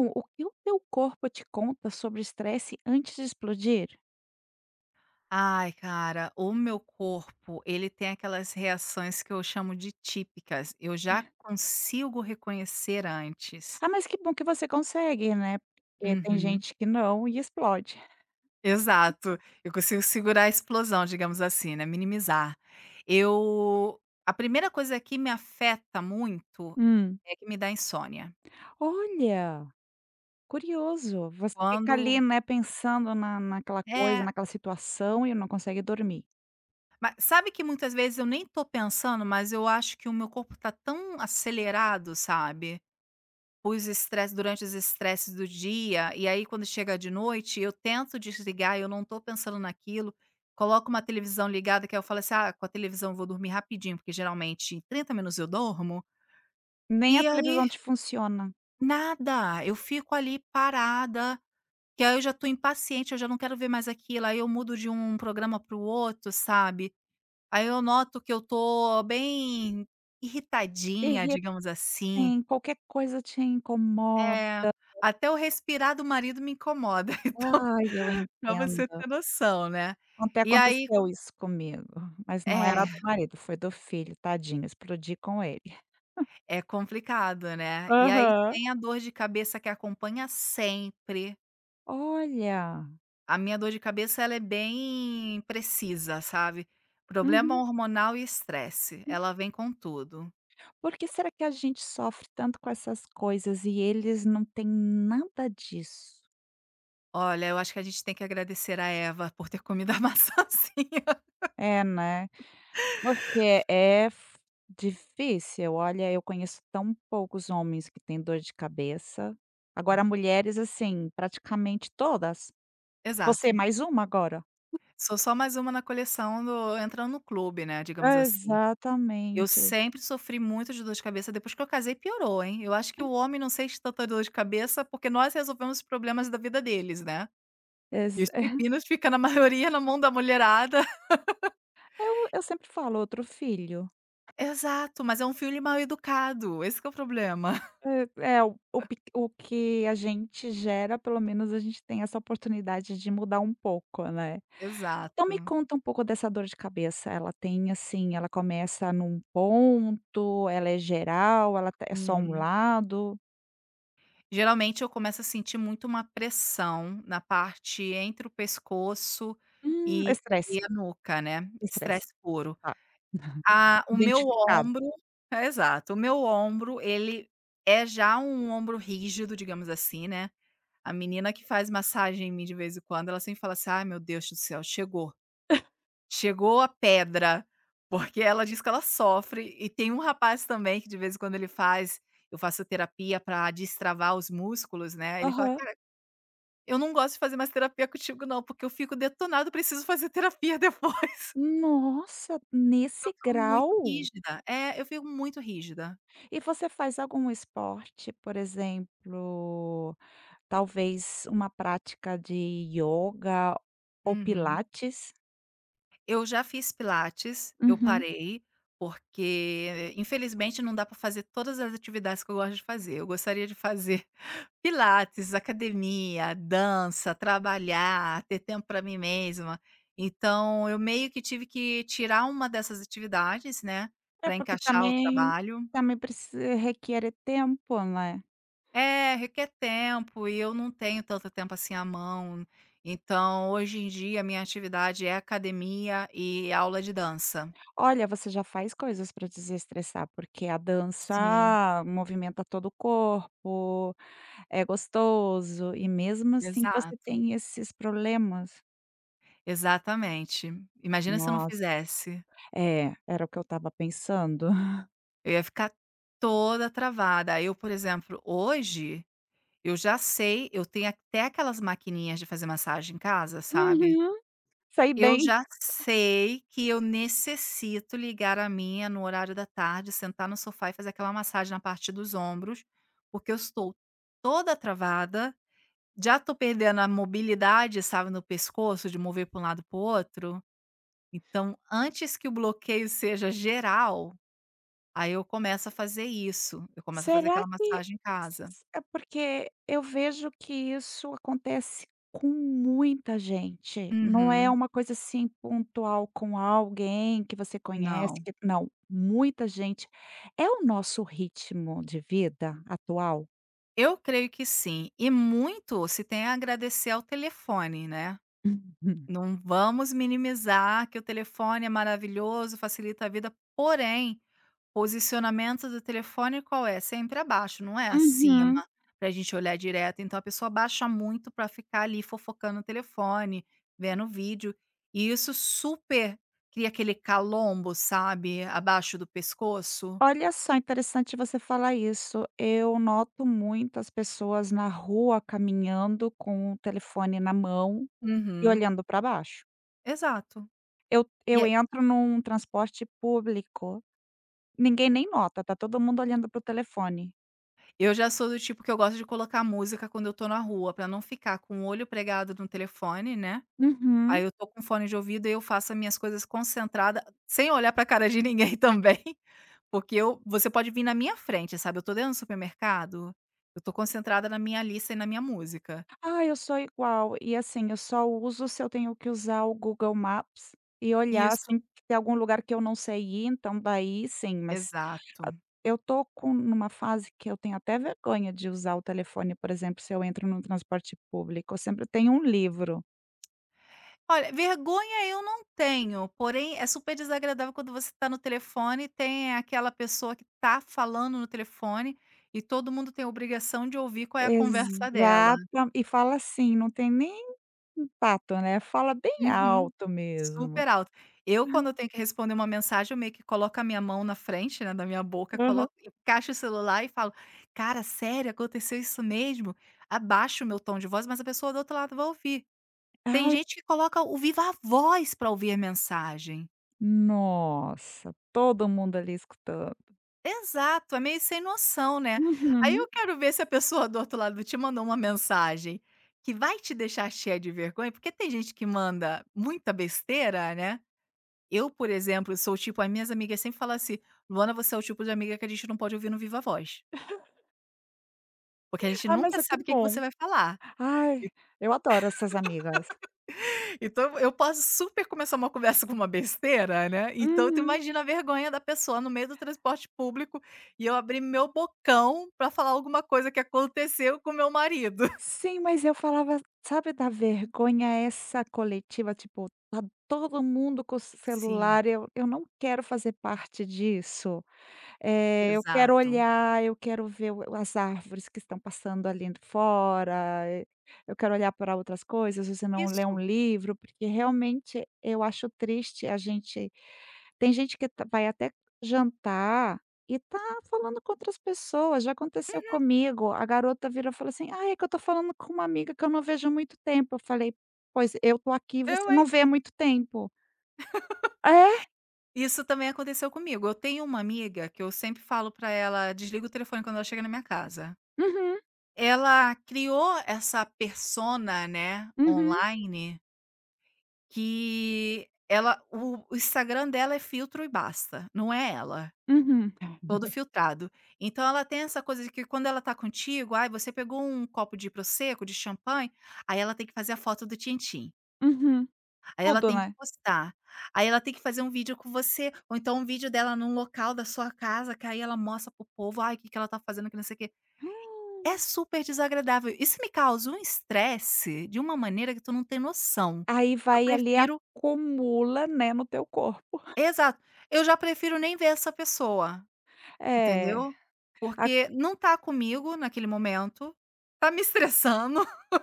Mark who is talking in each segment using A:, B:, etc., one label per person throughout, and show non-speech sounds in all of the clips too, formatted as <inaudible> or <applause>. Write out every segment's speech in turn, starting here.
A: Então, o que o teu corpo te conta sobre estresse antes de explodir?
B: Ai, cara, o meu corpo, ele tem aquelas reações que eu chamo de típicas. Eu já consigo reconhecer antes.
A: Ah, mas que bom que você consegue, né, porque tem
B: Uhum.
A: gente que não explode.
B: Exato. Eu consigo segurar a explosão, digamos assim, né, minimizar. Eu A primeira coisa que me afeta muito
A: Hum.
B: é que me dá insônia.
A: Olha, curioso. Você fica
B: Quando
A: ali, né, pensando na naquela coisa,
B: é,
A: naquela situação e não consegue dormir.
B: mas sabe que muitas vezes eu nem tô pensando, mas eu acho que o meu corpo tá tão acelerado, sabe? Os estresse durante os estresses do dia, e aí quando chega de noite eu tento desligar, eu não tô pensando naquilo, coloco uma televisão ligada que aí eu falo assim: "Ah, com a televisão eu vou dormir rapidinho", porque geralmente em 30 minutos eu dormo
A: Nem a
B: e aí
A: televisão te funciona.
B: nada, eu fico ali parada, que aí eu já tô impaciente, eu já não quero ver mais aquilo, aí eu mudo de um programa para o outro, sabe. Aí eu noto que eu tô bem irritadinha,
A: Irrita,
B: digamos assim.
A: sim, qualquer coisa te incomoda.
B: É, até o respirar do marido me incomoda, <laughs> então,
A: Ai, eu
B: pra você ter
A: entendo.
B: noção, né.
A: Ontem
B: E aí
A: aconteceu isso comigo, mas não era
B: é,
A: do marido, foi do filho, tadinho, explodi com ele.
B: é complicado, né. E aí
A: Aham.
B: tem a dor de cabeça que acompanha sempre.
A: Olha.
B: A minha dor de cabeça ela é bem precisa, sabe. Problema
A: Uhum,
B: hormonal e estresse,
A: hum.
B: ela vem com tudo.
A: Por que será que a gente sofre tanto com essas coisas e eles não têm nada disso?
B: Olha, eu acho que a gente tem que agradecer a Eva por ter comido a <laughs> maçãzinha.
A: É, né. Porque é f difícil. Olha, eu conheço tão poucos homens que têm dor de cabeça. Agora mulheres, assim, praticamente todas. Você é
B: Exato.
A: mais uma agora?
B: Sou só mais uma na coleção do entrando no clube, né, digamos assim. Eu
A: Exatamente.
B: sempre sofri muito de dor de cabeça, depois que eu casei piorou, hein. Eu acho que o homem não sente tanta dor de cabeça, porque nós resolvemos os problemas da vida deles, né. E os
A: Exa <laughs>
B: pepinos fica na <laughs> maioria na mão da mulherada. <laughs>
A: Eu sempre falo: "Outro filho".
B: Exato, mas é um filho mal educado, esse que é o problema. <laughs>
A: É é, o que a gente gera, pelo menos a gente tem essa oportunidade de mudar um pouco, né. Então me
B: Exato.
A: conta um pouco dessa dor de cabeça, ela tem assim, ela começa num ponto, ela é geral, ela t é só um
B: Uhum.
A: lado?
B: Geralmente eu começo a sentir muito uma pressão na parte entre o pescoço e
A: Estresse,
B: e a nuca, né,
A: estresse,
B: estresse puro.
A: tá,
B: Ah, o meu
A: identificado.
B: ombro é, Exato. O meu ombro, ele é já um ombro rígido, digamos assim, né. A menina que faz massagem em mim de vez em quando, ela sempre fala assim: "Ai, meu Deus do céu, chegou. Chegou a pedra", porque ela diz que ela sofre. E tem um rapaz também que de vez em quando ele faz eu faço terapia pra destravar os músculos, né. Ele fala:
A: Aham.
B: "Cara, eu não gosto de fazer mais terapia contigo não, porque eu fico detonado, preciso fazer terapia <laughs> depois.
A: Nossa,
B: Eu
A: nesse
B: fico muito
A: grau?
B: rígida". É, eu fico muito rígida.
A: E você faz algum esporte, por exemplo, talvez uma prática de yoga ou
B: Uhum.
A: pilates?
B: Eu já fiz pilates, eu
A: Uhum.
B: parei, porque infelizmente não dá para fazer todas as atividades que eu gosto de fazer. Eu gostaria de fazer <laughs> pilates, academia, dança, trabalhar, ter tempo para mim mesma. Então, eu meio que tive que tirar uma dessas atividades, né,
A: É
B: para
A: porque
B: encaixar o
A: também
B: trabalho.
A: também preci requer tempo, né.
B: É, requer tempo e eu não tenho tanto tempo assim à mão. Então, hoje em dia, a minha atividade é academia e aula de dança.
A: Olha, você já faz coisas para desestressar, porque a
B: Sim,
A: dança movimenta todo o corpo, é gostoso e mesmo assim você
B: exato.
A: tem esses problemas.
B: Exatamente. Imagina se eu não
A: Nossa,
B: fizesse.
A: é, era o que eu estava pensando. <laughs>
B: Eu ia ficar toda travada. Eu, por exemplo, hoje, eu já sei, eu tenho até aquelas maquininhas de fazer massagem em casa, sabe.
A: Uhum, sei
B: Eu
A: bem.
B: já sei que eu necessito ligar a minha no horário da tarde, sentar no sofá e fazer aquela massagem na parte dos ombros, porque eu estou toda travada, já estou perdendo a mobilidade, sabe, no pescoço de mover para um lado para o outro. Então, antes que o bloqueio seja geral, aí eu começo a fazer isso, eu começo a fazer
A: Será
B: aquela
A: que
B: massagem em casa.
A: é porque eu vejo que isso acontece com muita gente, não é
B: Uhum,
A: uma coisa, assim, pontual com alguém que você conhece
B: não.
A: que não, muita gente. É o nosso ritmo de vida atual?
B: Eu creio que sim, e muito se tem a agradecer ao telefone, né.
A: <laughs> Uhum.
B: Não vamos minimizar que o telefone é maravilhoso, facilita a vida, porém posicionamento do telefone qual é? Sempre abaixo, não é acima,
A: Uhum.
B: pra gente olhar direto, então a pessoa abaixa muito pra ficar ali fofocando no telefone, vendo vídeo, e isso super cria aquele calombo, sabe, abaixo do pescoço.
A: Olha só, interessante você falar isso. Eu noto muitas pessoas na rua caminhando com o telefone na mão e
B: Uhum.
A: olhando para baixo.
B: Exato.
A: Eu
B: E
A: eu
B: é
A: entro num transporte público, ninguém nem nota, tá todo mundo olhando pro telefone.
B: eu já sou do tipo que eu gosto de colocar música quando eu tô na rua, pra não ficar com o olho pregado no telefone, né,
A: Uhum.
B: aí eu tô com fone de ouvido e eu faço as minhas coisas concentrada, sem olhar pra cara de ninguém <laughs> também. Porque eu você pode vir na minha frente, sabe, eu tô dentro do supermercado, eu tô concentrada na minha lista e na minha música.
A: Ah, eu sou igual. E assim, eu só uso se eu tenho que usar o Google Maps e olhar,
B: Isso,
A: assim, que tem algum lugar que eu não sei ir, então daí sim, mas a
B: exato.
A: eu tô com numa fase que eu tenho até vergonha de usar o telefone, por exemplo, se eu entro num transporte público, eu sempre tenho um livro.
B: Olha, vergonha eu não tenho, porém é super desagradável quando você tá no telefone e tem aquela pessoa que tá falando no telefone e todo mundo tem a obrigação de ouvir qual é a conversa dela.
A: Exata e fala assim, não tem nem impacto, né, fala bem
B: Uhum.
A: alto mesmo.
B: Super alto. Eu, quando eu tenho que responder uma mensagem, eu meio que coloco a minha mão na frente, né, da minha boca,
A: Aham.
B: coloco encaixo o celular e falo: "Cara, sério, aconteceu isso mesmo?". Abaixo o meu tom de voz, mas a pessoa do outro lado vai ouvir. Tem
A: Ai.
B: gente que coloca o viva a voz pra ouvir a mensagem.
A: Nossa, todo mundo ali escutando.
B: Exato, é meio sem noção, né. Aí eu
A: Uhum.
B: quero ver se a pessoa do outro lado te mandou uma mensagem que vai te deixar cheia de vergonha, porque tem gente que manda muita besteira, né. Eu, por exemplo, sou o tipo as minhas amigas sempre falam assim: "Luana, você é o tipo de amiga que a gente não pode ouvir no viva voz, porque a gente
A: Ah, mas
B: nunca
A: é que
B: sabe o que que você
A: bom.
B: vai falar".
A: Ai, eu adoro essas amigas.
B: Então eu posso super começar uma conversa com uma besteira, né, então tu
A: Uhum.
B: imagina a vergonha da pessoa no meio do transporte público e eu abrir meu bocão pra falar alguma coisa que aconteceu com meu marido. <laughs>
A: Sim, mas eu falava, sabe, da vergonha essa coletiva, tipo, tá todo mundo com o
B: Sim,
A: celular, eu não quero fazer parte disso. Eu quero
B: exato.
A: olhar, eu quero ver o as árvores que estão passando ali fora, eu quero olhar para outras coisas, ou se não ler um
B: Isso,
A: livro, porque realmente eu acho triste a gente tem gente que vai até jantar e tá falando com outras pessoas, já aconteceu comigo, a garota virou e falou assim: "Ah, é que eu tô falando com uma amiga que eu não vejo há muito tempo", eu falei: "Pois eu tô aqui
B: eu,
A: você não
B: hein.
A: vê há muito tempo". É,
B: Isso também aconteceu comigo. Eu tenho uma amiga que eu sempre falo pra ela: "Desliga o telefone quando ela chega na minha casa".
A: uhum,
B: Ela criou essa persona, né,
A: uhum,
B: online, que ela o Instagram dela é filtro e basta, não é ela,
A: uhum,
B: todo filtrado. Então ela tem essa coisa de que quando ela tá contigo, "Ai, você pegou um copo de prosecco, de champanhe", aí ela tem que fazer a foto do tintim,
A: uhum,
B: aí ela
A: tudo,
B: tem que
A: né.
B: postar, aí ela tem que fazer um vídeo com você, ou então um vídeo dela num local da sua casa, que aí ela mostra pro povo, "Ai, o que que ela tá fazendo", que não sei o quê. É super desagradável. Isso me causa um estresse de uma maneira que tu não tem noção.
A: Aí
B: Eu
A: vai ali,
B: prefiro
A: acumula, né, no teu corpo.
B: Exato. Eu já prefiro nem ver essa pessoa,
A: É,
B: entendeu?
A: a
B: Porque não tá comigo naquele momento, tá me estressando, <laughs>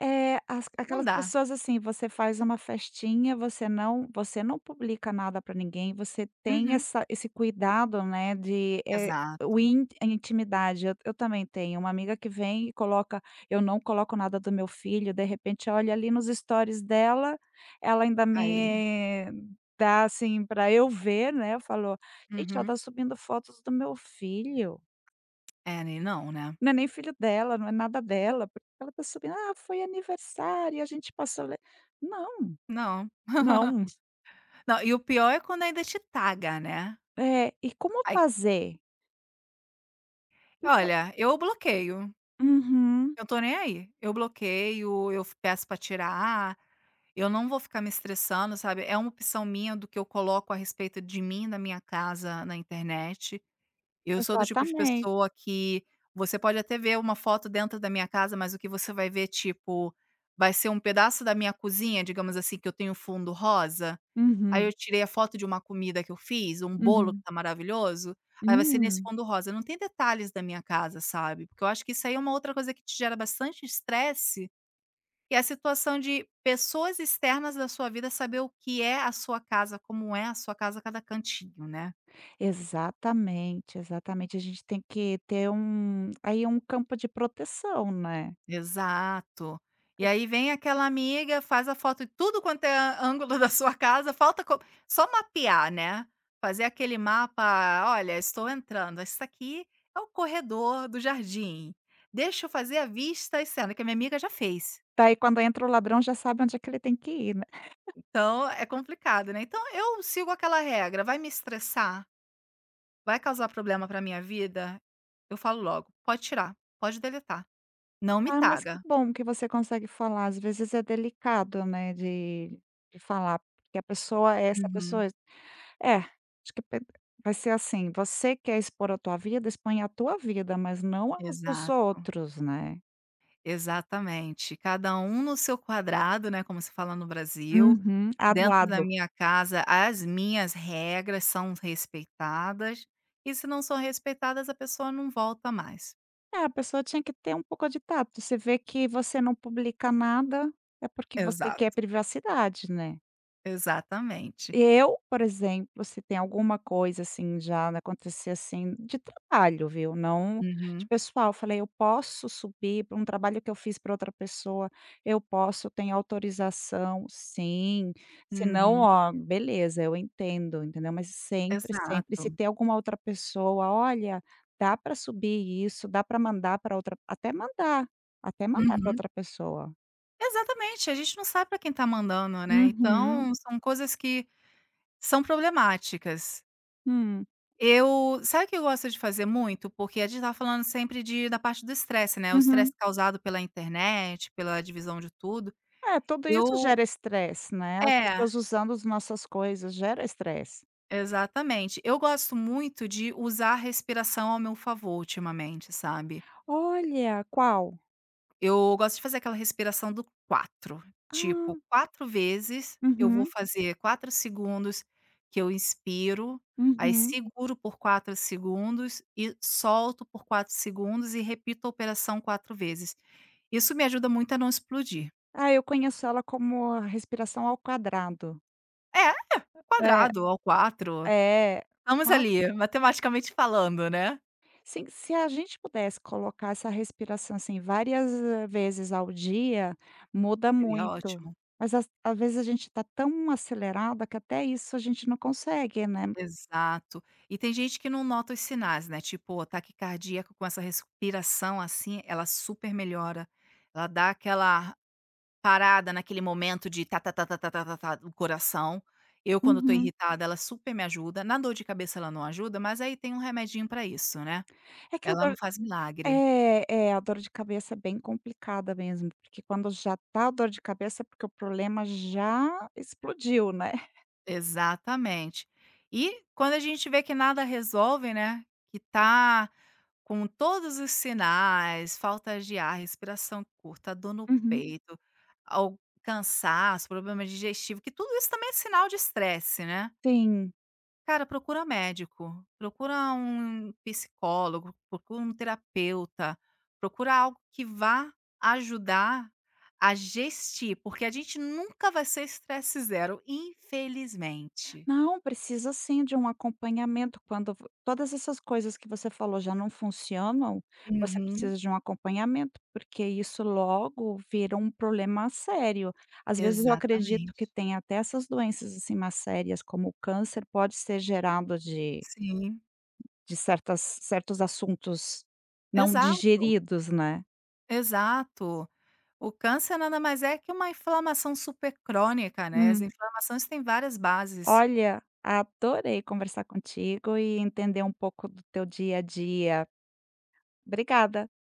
A: é, as
B: não
A: aquelas
B: dá.
A: pessoas, assim, você faz uma festinha, você não publica nada para ninguém, você tem
B: Uhum.
A: essa esse cuidado, né, de,
B: Exato,
A: o in a intimidade. Eu também tenho uma amiga que vem e coloca eu não coloco nada do meu filho, de repente olha ali nos stories dela, ela ainda
B: pra ele.
A: me dá, assim, para eu ver, né, eu falo: "Gente, ela
B: Uhum.
A: tá subindo fotos do meu filho".
B: É, nem não, né.
A: Não é nem filho dela, não é nada dela, porque ela tá subindo: "Ah, foi aniversário, a gente passou le" não,
B: Não.
A: não.
B: Não, e o pior é quando ainda te taga, né.
A: É, e como
B: Aí
A: fazer? Então
B: olha, eu bloqueio.
A: uhum,
B: Eu tô nem aí. Eu bloqueio, eu f peço pra tirar, eu não vou ficar me estressando, sabe. É uma opção minha do que eu coloco a respeito de mim, da minha casa, na internet. Eu sou do tipo de
A: exatamente.
B: pessoa que você pode até ver uma foto dentro da minha casa, mas o que você vai ver, tipo, vai ser um pedaço da minha cozinha, digamos assim, que eu tenho fundo rosa. Aí eu
A: Uhum,
B: tirei a foto de uma comida que eu fiz, um bolo que
A: uhum.
B: tá maravilhoso, aí vai ser nesse
A: Hum.
B: fundo rosa. Não tem detalhes da minha casa, sabe, porque eu acho que isso aí é uma outra coisa que te gera bastante estresse, que é a situação de pessoas externas da sua vida saber o que é a sua casa, como é a sua casa, cada cantinho, né.
A: Exatamente, exatamente. A gente tem que ter um aí um campo de proteção, né.
B: Exato. E aí vem aquela amiga, faz a foto de tudo quanto é a ângulo <laughs> da sua casa, falta co só mapear, né, fazer aquele mapa: "Olha, estou entrando, isso aqui é o corredor do jardim, deixa eu fazer a vista e cena", que a minha amiga já fez.
A: Daí quando entra o ladrão já sabe onde é que ele tem que ir, né.
B: Então é complicado, né. Então eu sigo aquela regra, vai me estressar, vai causar problema para minha vida, eu falo logo: "Pode tirar, pode deletar, não me
A: Ah, mas que
B: taga.
A: bom que você consegue falar, às vezes é delicado, né, de falar, porque a pessoa essa
B: Uhum,
A: pessoa É, acho que pe vai ser assim, você quer expor a tua vida, expõe a tua vida, mas não as dos
B: exato.
A: outros, né.
B: Exatamente, cada um no seu quadrado, né, como se fala no Brasil,
A: Uhum. A do
B: dentro da
A: "ado".
B: minha casa as minhas regras são respeitadas, e se não são respeitadas a pessoa não volta mais.
A: É, a pessoa tinha que ter um pouco de tato, você vê que você não publica nada, é porque você quer
B: Exato,
A: privacidade, né.
B: exatamente.
A: Eu, por exemplo, se tem alguma coisa assim já acontecer assim de trabalho, viu, não de
B: Uhum,
A: pessoal, eu falei: "Eu posso subir para um trabalho que eu fiz para outra pessoa, eu posso, eu tenho autorização, sim, se não,
B: uhum,
A: ó, beleza, eu entendo", entendeu. Mas sempre, sempre se
B: exato.
A: tem alguma outra pessoa: "Olha, dá para subir isso, dá para mandar para outra", até mandar para
B: Uhum.
A: outra pessoa.
B: Exatamente, a gente não sabe para quem tá mandando, né,
A: Uhum,
B: então são coisas que são problemáticas.
A: hum,
B: Eu Sabe o que eu gosto de fazer muito? Porque a gente tá falando sempre de da parte do estresse, né, o estresse
A: uhum.
B: causado pela internet, pela divisão de tudo.
A: É, tudo isso
B: Eu
A: gera estresse, né, as
B: é,
A: pessoas usando as nossas coisas gera estresse.
B: Exatamente. Eu gosto muito de usar a respiração ao meu favor ultimamente, sabe.
A: "Olha, qual?"
B: Eu gosto de fazer aquela respiração do 4,
A: "Ah,
B: tipo 4 vezes eu vou
A: uhum,
B: fazer 4 segundos que eu inspiro, aí
A: uhum".
B: seguro por 4 segundos e solto por 4 segundos e repito a operação 4 vezes. Isso me ajuda muito a não explodir.
A: "Ah, eu conheço ela como a respiração ao quadrado".
B: É,
A: É,
B: quadrado ao quatro.
A: é.
B: Estamos
A: No
B: ali matematicamente falando, né,
A: se a gente pudesse colocar essa respiração, assim, várias vezes ao dia, muda
B: seria
A: muito.
B: ótimo.
A: Mas às vezes a gente está tão acelerada que até isso a gente não consegue, né.
B: Exato. E tem gente que não nota os sinais, né, tipo, o ataque cardíaco com essa respiração, assim, ela super melhora. Ela dá aquela parada naquele momento de tá tá tá tá tá tá tá tá do coração. Eu, quando tô
A: Uhum.
B: irritada, ela super me ajuda. Na dor de cabeça ela não ajuda, mas aí tem um remedinho pra isso, né.
A: É que eu
B: Ela não faz milagre.
A: é, a dor de cabeça é bem complicada mesmo, porque quando já tá a dor de cabeça é porque o problema já explodiu, né.
B: Exatamente. E quando a gente vê que nada resolve, né, que tá com todos os sinais, falta de ar, respiração curta, dor no
A: Uhum.
B: peito, ao cansaço, problema digestivo, que tudo isso também é sinal de estresse, né.
A: Sim.
B: Cara, procura médico, procura um psicólogo, procura um terapeuta, procura algo que vá ajudar a gestir, porque a gente nunca vai ser estresse zero, infelizmente.
A: Não, precisa sim de um acompanhamento quando v todas essas coisas que você falou já não funcionam, você
B: Uhum,
A: precisa de um acompanhamento, porque isso logo vira um problema sério. Às vezes eu acredito que
B: exatamente.
A: tem até essas doenças, assim, mais sérias, como o câncer pode ser gerado de
B: Sim,
A: de certas certos assuntos não
B: exato,
A: digeridos, né.
B: exato. O câncer nada mais é que uma inflamação supercrônica, né, as
A: Hum.
B: inflamações têm várias bases.
A: Olha, adorei conversar contigo e entender um pouco do teu dia a dia. Obrigada.